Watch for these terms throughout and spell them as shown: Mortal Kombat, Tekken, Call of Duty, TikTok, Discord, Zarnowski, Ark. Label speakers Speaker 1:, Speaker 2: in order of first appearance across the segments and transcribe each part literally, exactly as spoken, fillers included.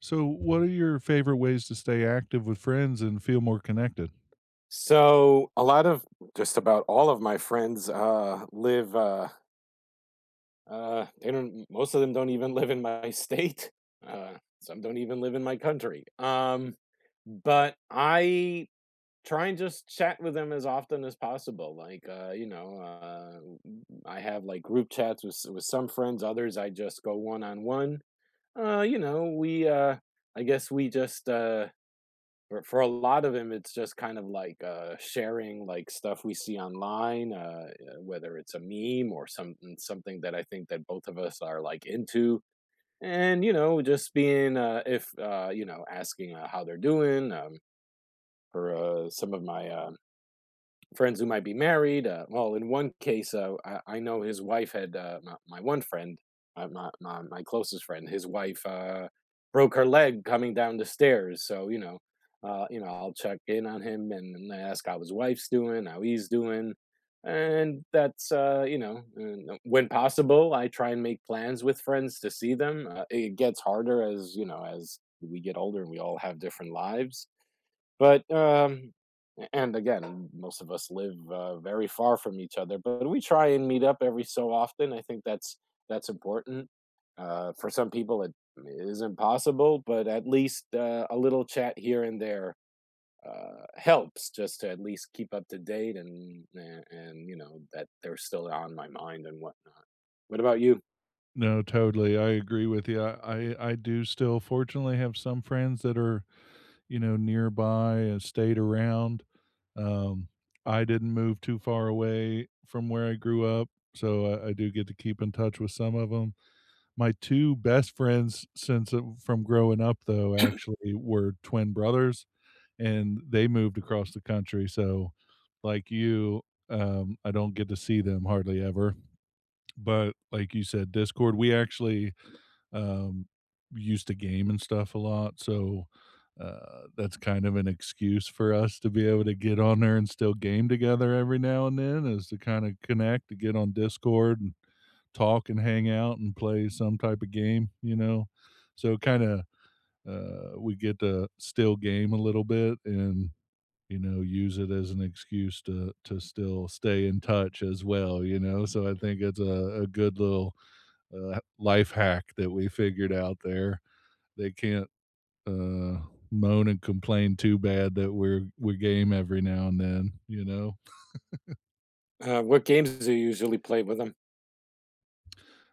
Speaker 1: So, what are your favorite ways to stay active with friends and feel more connected?
Speaker 2: So a lot of just about all of my friends uh, live. Uh, uh, they don't. Most of them don't even live in my state. Uh, some don't even live in my country. Um, but I try and just chat with them as often as possible. Like, uh, you know, uh, w- I have like group chats with with some friends. Others I just go one on one. Uh, you know, we. Uh, I guess we just. Uh, for, for a lot of them, it's just kind of like uh sharing like stuff we see online, uh uh, whether it's a meme or some mm, something that I think that both of us are like into, and you know just being, uh if uh you know asking, uh, how they're doing. Um for uh, some of my um friends who might be married. Uh, well, in one case, uh, I, I know his wife had, uh, my, my one friend, uh, my, my my closest friend, his wife, uh, broke her leg coming down the stairs. So, you know, uh, you know, I'll check in on him and, and ask how his wife's doing, how he's doing, and that's uh, you know, and, uh, when possible, I try and make plans with friends to see them. Uh, it gets harder, as you know, as we get older, and we all have different lives, but, um and again, most of us live, uh, very far from each other, but we try and meet up every so often. I think that's that's important. Uh, for some people, it is impossible, but at least, uh, a little chat here and there, uh, helps just to at least keep up to date, and a and, you know, that they're still on my mind and whatnot. What about you?
Speaker 1: No, totally. I agree with you. I, I, I do still fortunately have some friends that are, you know, nearby and stayed around. Um, I didn't move too far away from where I grew up. So I, I do get to keep in touch with some of them. My two best friends since uh, from growing up, though, actually were twin brothers. And they moved across the country. So, like you, um, I don't get to see them hardly ever. But like you said, Discord, we actually um, used to game and stuff a lot. So, uh, that's kind of an excuse for us to be able to get on there and still game together every now and then is to kind of connect, to get on Discord and talk and hang out and play some type of game, you know? So, kind of, uh, we get to still game a little bit and you know, use it as an excuse to to still stay in touch as well, you know? So I think it's a a good little, uh, life hack that we figured out there. They can't, uh, moan and complain too bad that we're we game every now and then, you know?
Speaker 2: Uh, what games do you usually play with them?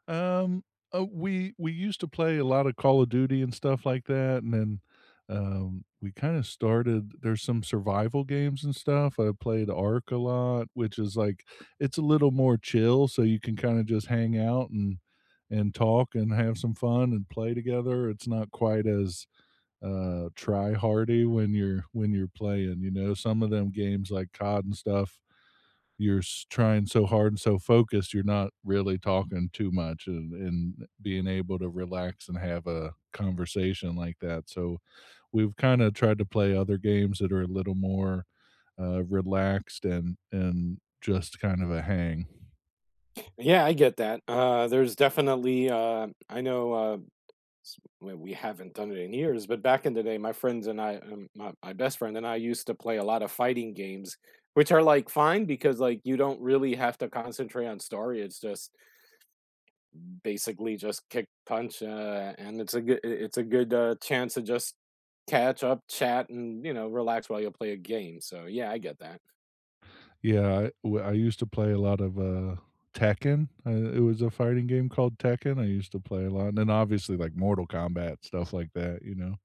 Speaker 1: Um, uh, we we used to play a lot of Call of Duty and stuff like that, and then, um, we kinda started there's some survival games and stuff, I played Ark a lot, which is, like it's a little more chill, so you can kinda just hang out and and talk and have some fun and play together, it's not quite as, uh, try hardy when you're when you're playing, you know? Some of them games like C O D and stuff, you're s- trying so hard and so focused, you're not really talking too much and, and being able to relax and have a conversation like that. So we've kind of tried to play other games that are a little more uh, relaxed and and just kind of a hang.
Speaker 2: Yeah, I get that. Uh, there's definitely, uh I know, uh well, we haven't done it in years, but back in the day, my friends and I, um, my, my best friend and I used to play a lot of fighting games, which are like fine because like you don't really have to concentrate on story. It's just basically just kick, punch, uh, and it's a good it's a good, uh, chance to just catch up, chat, and you know relax while you play a game. So yeah, I get that.
Speaker 1: Yeah, I, w- I used to play a lot of uh, Tekken. Uh, it was a fighting game called Tekken. I used to play a lot, and then obviously like Mortal Kombat stuff like that. You know.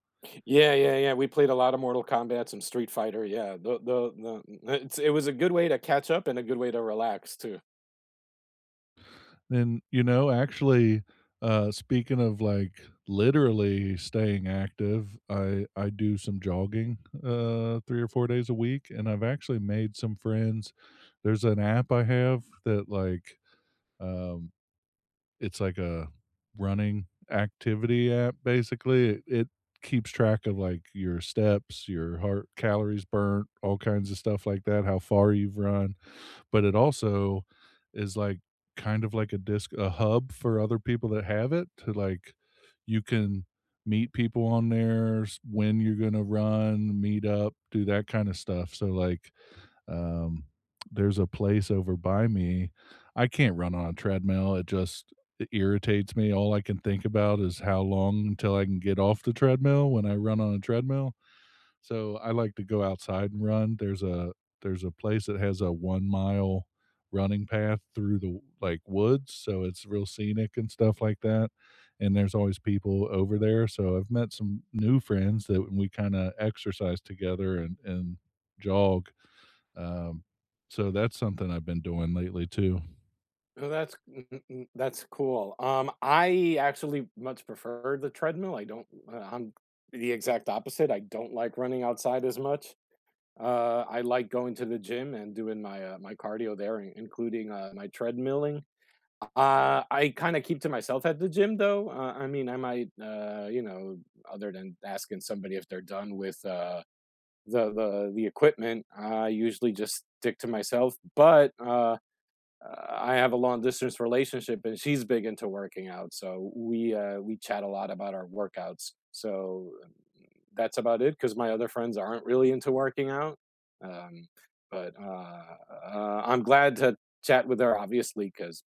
Speaker 2: Yeah, yeah, yeah. We played a lot of Mortal Kombat, some Street Fighter. Yeah, the the, the it's, it was a good way to catch up and a good way to relax too.
Speaker 1: And, you know, actually, uh, speaking of, like, literally staying active, I I do some jogging, uh, three or four days a week, and I've actually made some friends. There's an app I have that, like, um, it's like a running activity app, basically. It it keeps track of, like, your steps, your heart calories burnt, all kinds of stuff like that, how far you've run, but it also is like kind of like a disc a hub for other people that have it to, like, you can meet people on there, s- when you're gonna run, meet up, do that kind of stuff. So like, um, there's a place over by me. I can't run on a treadmill. It just it irritates me. All I can think about is how long until I can get off the treadmill when I run on a treadmill. So I like to go outside and run. There's a there's a place that has a one mile running path through the, like, woods, so it's real scenic and stuff like that, and there's always people over there, so I've met some new friends that we kinda exercise together and and jog, um, so that's something I've been doing lately too.
Speaker 2: Oh, that's that's cool. Um, I actually much prefer the treadmill. I don't. Uh, I'm the exact opposite. I don't like running outside as much. Uh, I like going to the gym and doing my uh, my cardio there, in- including, uh, my treadmilling. Uh, I kind of keep to myself at the gym, though. Uh, I mean, I might, uh, you know, other than asking somebody if they're done with, uh, the the the equipment, I usually just stick to myself. But, uh, uh, I have a long distance relationship, and she's big into working out, so we uh, we chat a lot about our workouts. So, um, that's about it because my other friends aren't really into working out. Um, but, uh, uh, I'm glad to chat with her, obviously, because,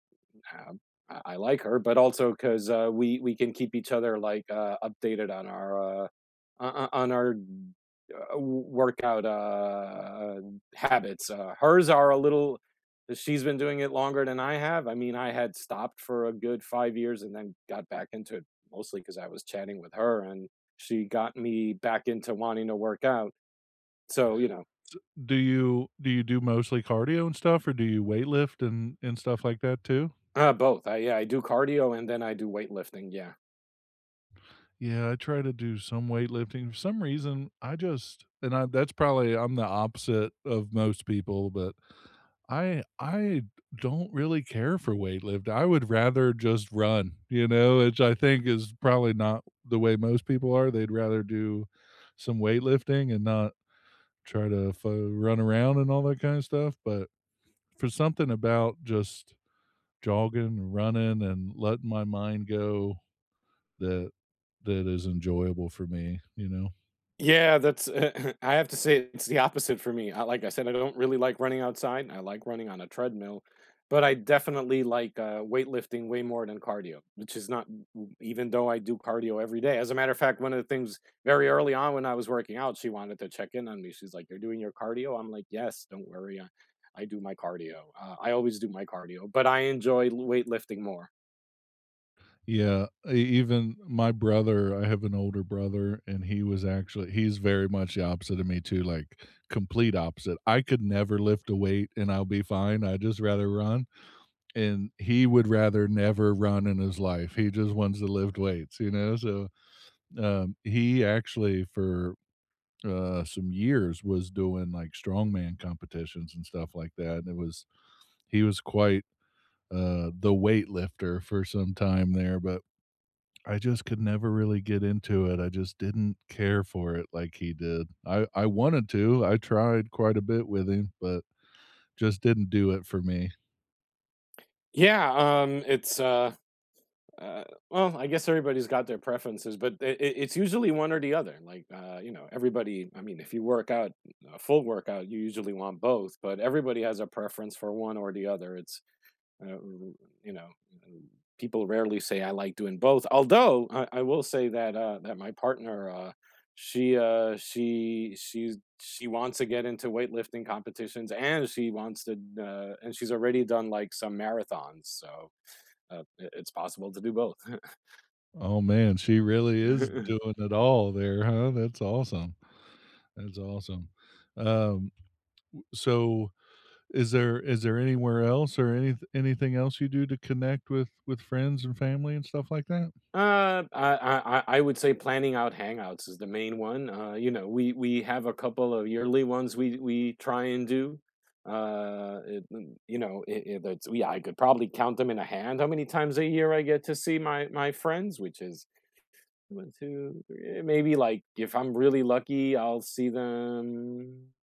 Speaker 2: um, I I like her, but also 'cause, uh, we we can keep each other, like, uh, updated on our, uh, on on our, uh, workout, uh, habits. Uh, hers are a little, she's been doing it longer than I have. I mean, I had stopped for a good five years and then got back into it mostly because I was chatting with her, and she got me back into wanting to work out. So, you know,
Speaker 1: Do you do you do mostly cardio and stuff, or do you weight lift and and stuff like that too?
Speaker 2: uh, both. I Yeah, I do cardio and then I do weightlifting, yeah.
Speaker 1: Yeah, I try to do some weightlifting. For some reason, I just and I that's probably I'm the opposite of most people, but I I don't really care for weightlifting. I would rather just run, you know, which I think is probably not the way most people are. They'd rather do some weightlifting and not try to f run around and all that kind of stuff, but for something about just jogging, running, and letting my mind go that that is enjoyable for me, you know.
Speaker 2: Yeah, that's I have to say it's the opposite for me. I Like I said, I don't really like running outside. I like running on a treadmill, but I definitely like, uh, weightlifting way more than cardio, which is not, even though I do cardio every day. As a matter of fact, one of the things very early on when I was working out, she wanted to check in on me. She's like, "You're doing your cardio?" I'm like, "Yes, don't worry. I, I do my cardio. Uh, I always do my cardio, but I enjoy weightlifting more."
Speaker 1: Yeah, e even my brother I have an older brother, and he was actually he's very much the opposite of me too, like, complete opposite. I could never lift a weight and I'll be fine, I'd just rather run. And he would rather never run in his life. He just wants to lift weights, you know. So um, he actually for uh, some years was doing like strongman competitions and stuff like that. And it was he was quite uh, the weightlifter for some time there, but I just could never really get into it. I just didn't care for it like he did. I I wanted to. I tried quite a bit with him, but just didn't do it for me.
Speaker 2: Yeah, um, it's, uh Uh, well, I guess everybody's got their preferences, but it, it's usually one or the other. Like, uh, you know, everybody, I mean, if you work out a full workout, you usually want both, but everybody has a preference for one or the other. It's, uh, r- you know, um, people rarely say I like doing both. Although I, I will say that, uh, that my partner, uh, she, uh, she, she's, she wants to get into weightlifting competitions, and she wants to, uh, and she's already done like some marathons. So, uh, it- it's possible to do both.
Speaker 1: Oh, man, she really is doing it all there, huh? That's awesome. That's awesome. Um, so is there is there anywhere else or any anything else you do to connect with with friends and family and stuff like that?
Speaker 2: Uh, I I I I would say planning out hangouts is the main one. Uh, you know, we we have a couple of yearly ones we we try and do. Uh, it, mm, you know, it, it, that's Yeah, I could probably count them in a hand how many times a year I get to see my my friends, which is one, two, three, maybe like if I'm really lucky, I'll see them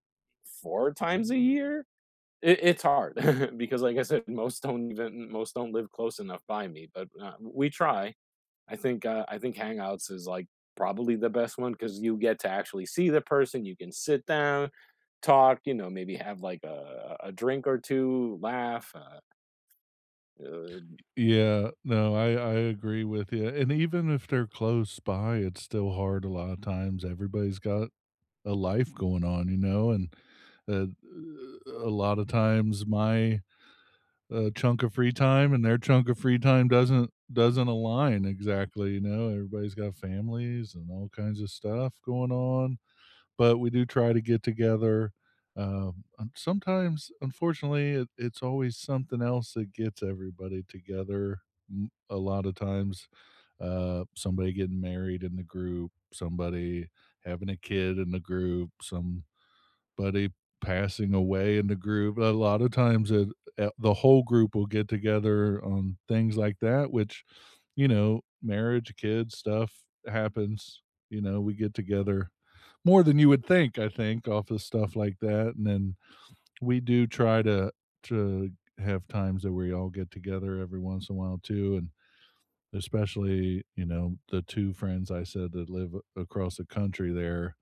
Speaker 2: four times a year. It, it's hard because, like I said, most don't even most don't live close enough by me, but uh, we try. I think uh, I think Hangouts is like probably the best one because you get to actually see the person. You can sit down, talk. You know, maybe have like a, a drink or two, laugh. Uh,
Speaker 1: Yeah, no, I I agree with you, and even if they're close by, it's still hard a lot of times, everybody's got a life going on, you know, and, uh, a lot of times my, uh, chunk of free time and their chunk of free time doesn't doesn't align exactly, you know, everybody's got families and all kinds of stuff going on, but we do try to get together. Um, and sometimes, unfortunately, it, it's always something else that gets everybody together. M- A lot of times, uh, somebody getting married in the group, somebody having a kid in the group, some buddy passing away in the group. A lot of times it, uh, the whole group will get together on things like that, which, you know, marriage, kids, stuff happens. You know, we get together more than you would think, I think, off of stuff like that. And then we do try to to have times that we all get together every once in a while too. And especially, you know, the two friends I said that live across the country there,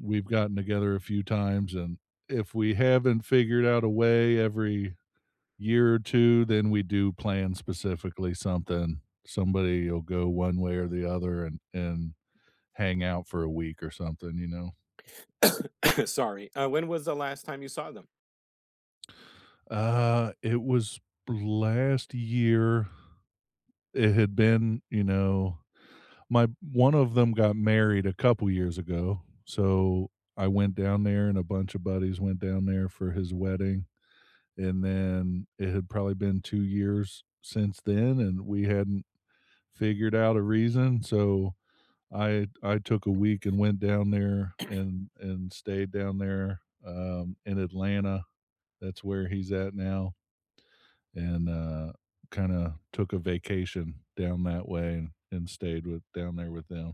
Speaker 1: we've gotten together a few times, and if we haven't figured out a way every year or two, then we do plan specifically something, somebody will go one way or the other and and hang out for a week or something, you know.
Speaker 2: uh, Sorry. Uh, when was the last time you saw them?
Speaker 1: uh it was last year. It had been, you know, my one of them got married a couple years ago, so I went down there, and a bunch of buddies went down there for his wedding, and then it had probably been two years since then, and we hadn't figured out a reason, so I I took a week and went down there and and stayed down there, um, in Atlanta. That's where he's at now, and, uh, kinda took a vacation down that way and and stayed with down there with them.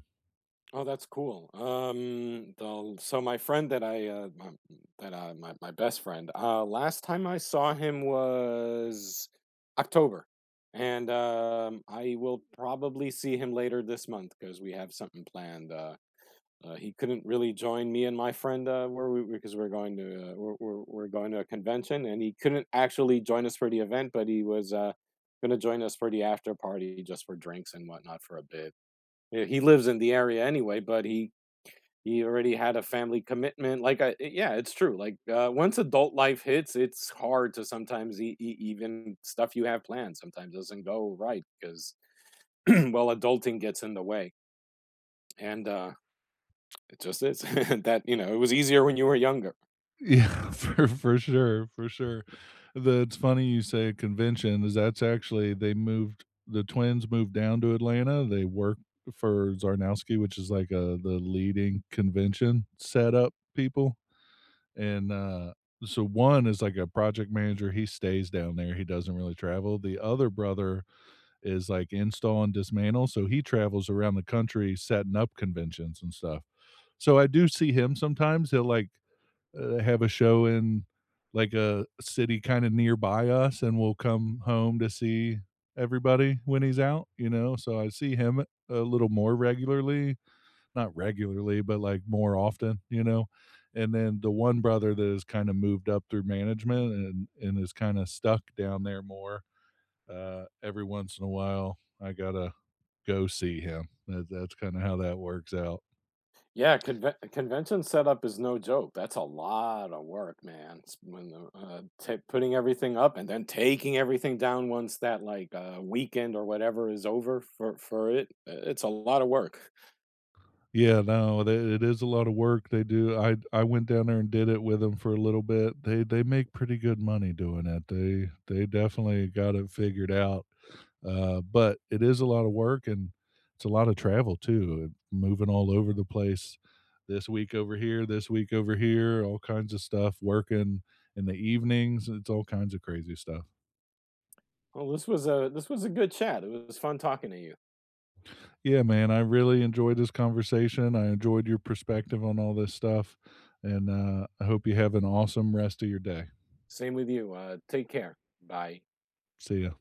Speaker 2: Oh, that's cool. Um, the, so my friend that I uh, my, that, uh, my my best friend. Uh, last time I saw him was October. And, um, I will probably see him later this month because we have something planned. Uh, Uh, he couldn't really join me and my friend, uh, where we because we're going to uh, we're, we're we're going to a convention, and he couldn't actually join us for the event, but he was, uh, going to join us for the after party just for drinks and whatnot for a bit. Yeah, He lives in the area anyway, but he he already had a family commitment. Like, I, eh, yeah, it's true. Like, uh, once adult life hits, it's hard to sometimes e- e- even stuff you have planned sometimes doesn't go right because well, adulting gets in the way, and, uh, it just is. That, you know, it was easier when you were younger.
Speaker 1: Yeah, for for sure, for sure. The It's funny you say convention, is that's actually they moved the twins moved down to Atlanta, they work for Zarnowski, which is like, a the leading convention setup people, and, uh, so one is like a project manager, he stays down there, he doesn't really travel. The other brother is like install and dismantle, so he travels around the country setting up conventions and stuff. So I do see him sometimes, he'll, like, uh, have a show in like a city kind of nearby us and will come home to see everybody when he's out, you know? So I see him a little more regularly, not regularly, but like more often, you know? And then the one brother that has kind of moved up through management and, and is kind of stuck down there more, uh, every once in a while. I got to go see him. That, that's kind of how that works out.
Speaker 2: Yeah, conve convention setup is no joke. That's a lot of work, man. It's when the, uh, ta Putting everything up and then taking everything down once that, like, uh, weekend or whatever is over for for it. uh, It's a lot of work.
Speaker 1: Yeah, no, they it is a lot of work they do. I I went down there and did it with them for a little bit. They they make pretty good money doing it. They they definitely got it figured out, uh, but it is a lot of work, and it's a lot of travel too, moving all over the place, this week over here, this week over here, all kinds of stuff, working in the evenings, it's all kinds of crazy stuff.
Speaker 2: Well, this was a this was a good chat. It was fun talking to you.
Speaker 1: Yeah, man, I really enjoyed this conversation. I enjoyed your perspective on all this stuff, and uh, I hope you have an awesome rest of your day.
Speaker 2: Same with you. Uh, take care. Bye.
Speaker 1: See ya.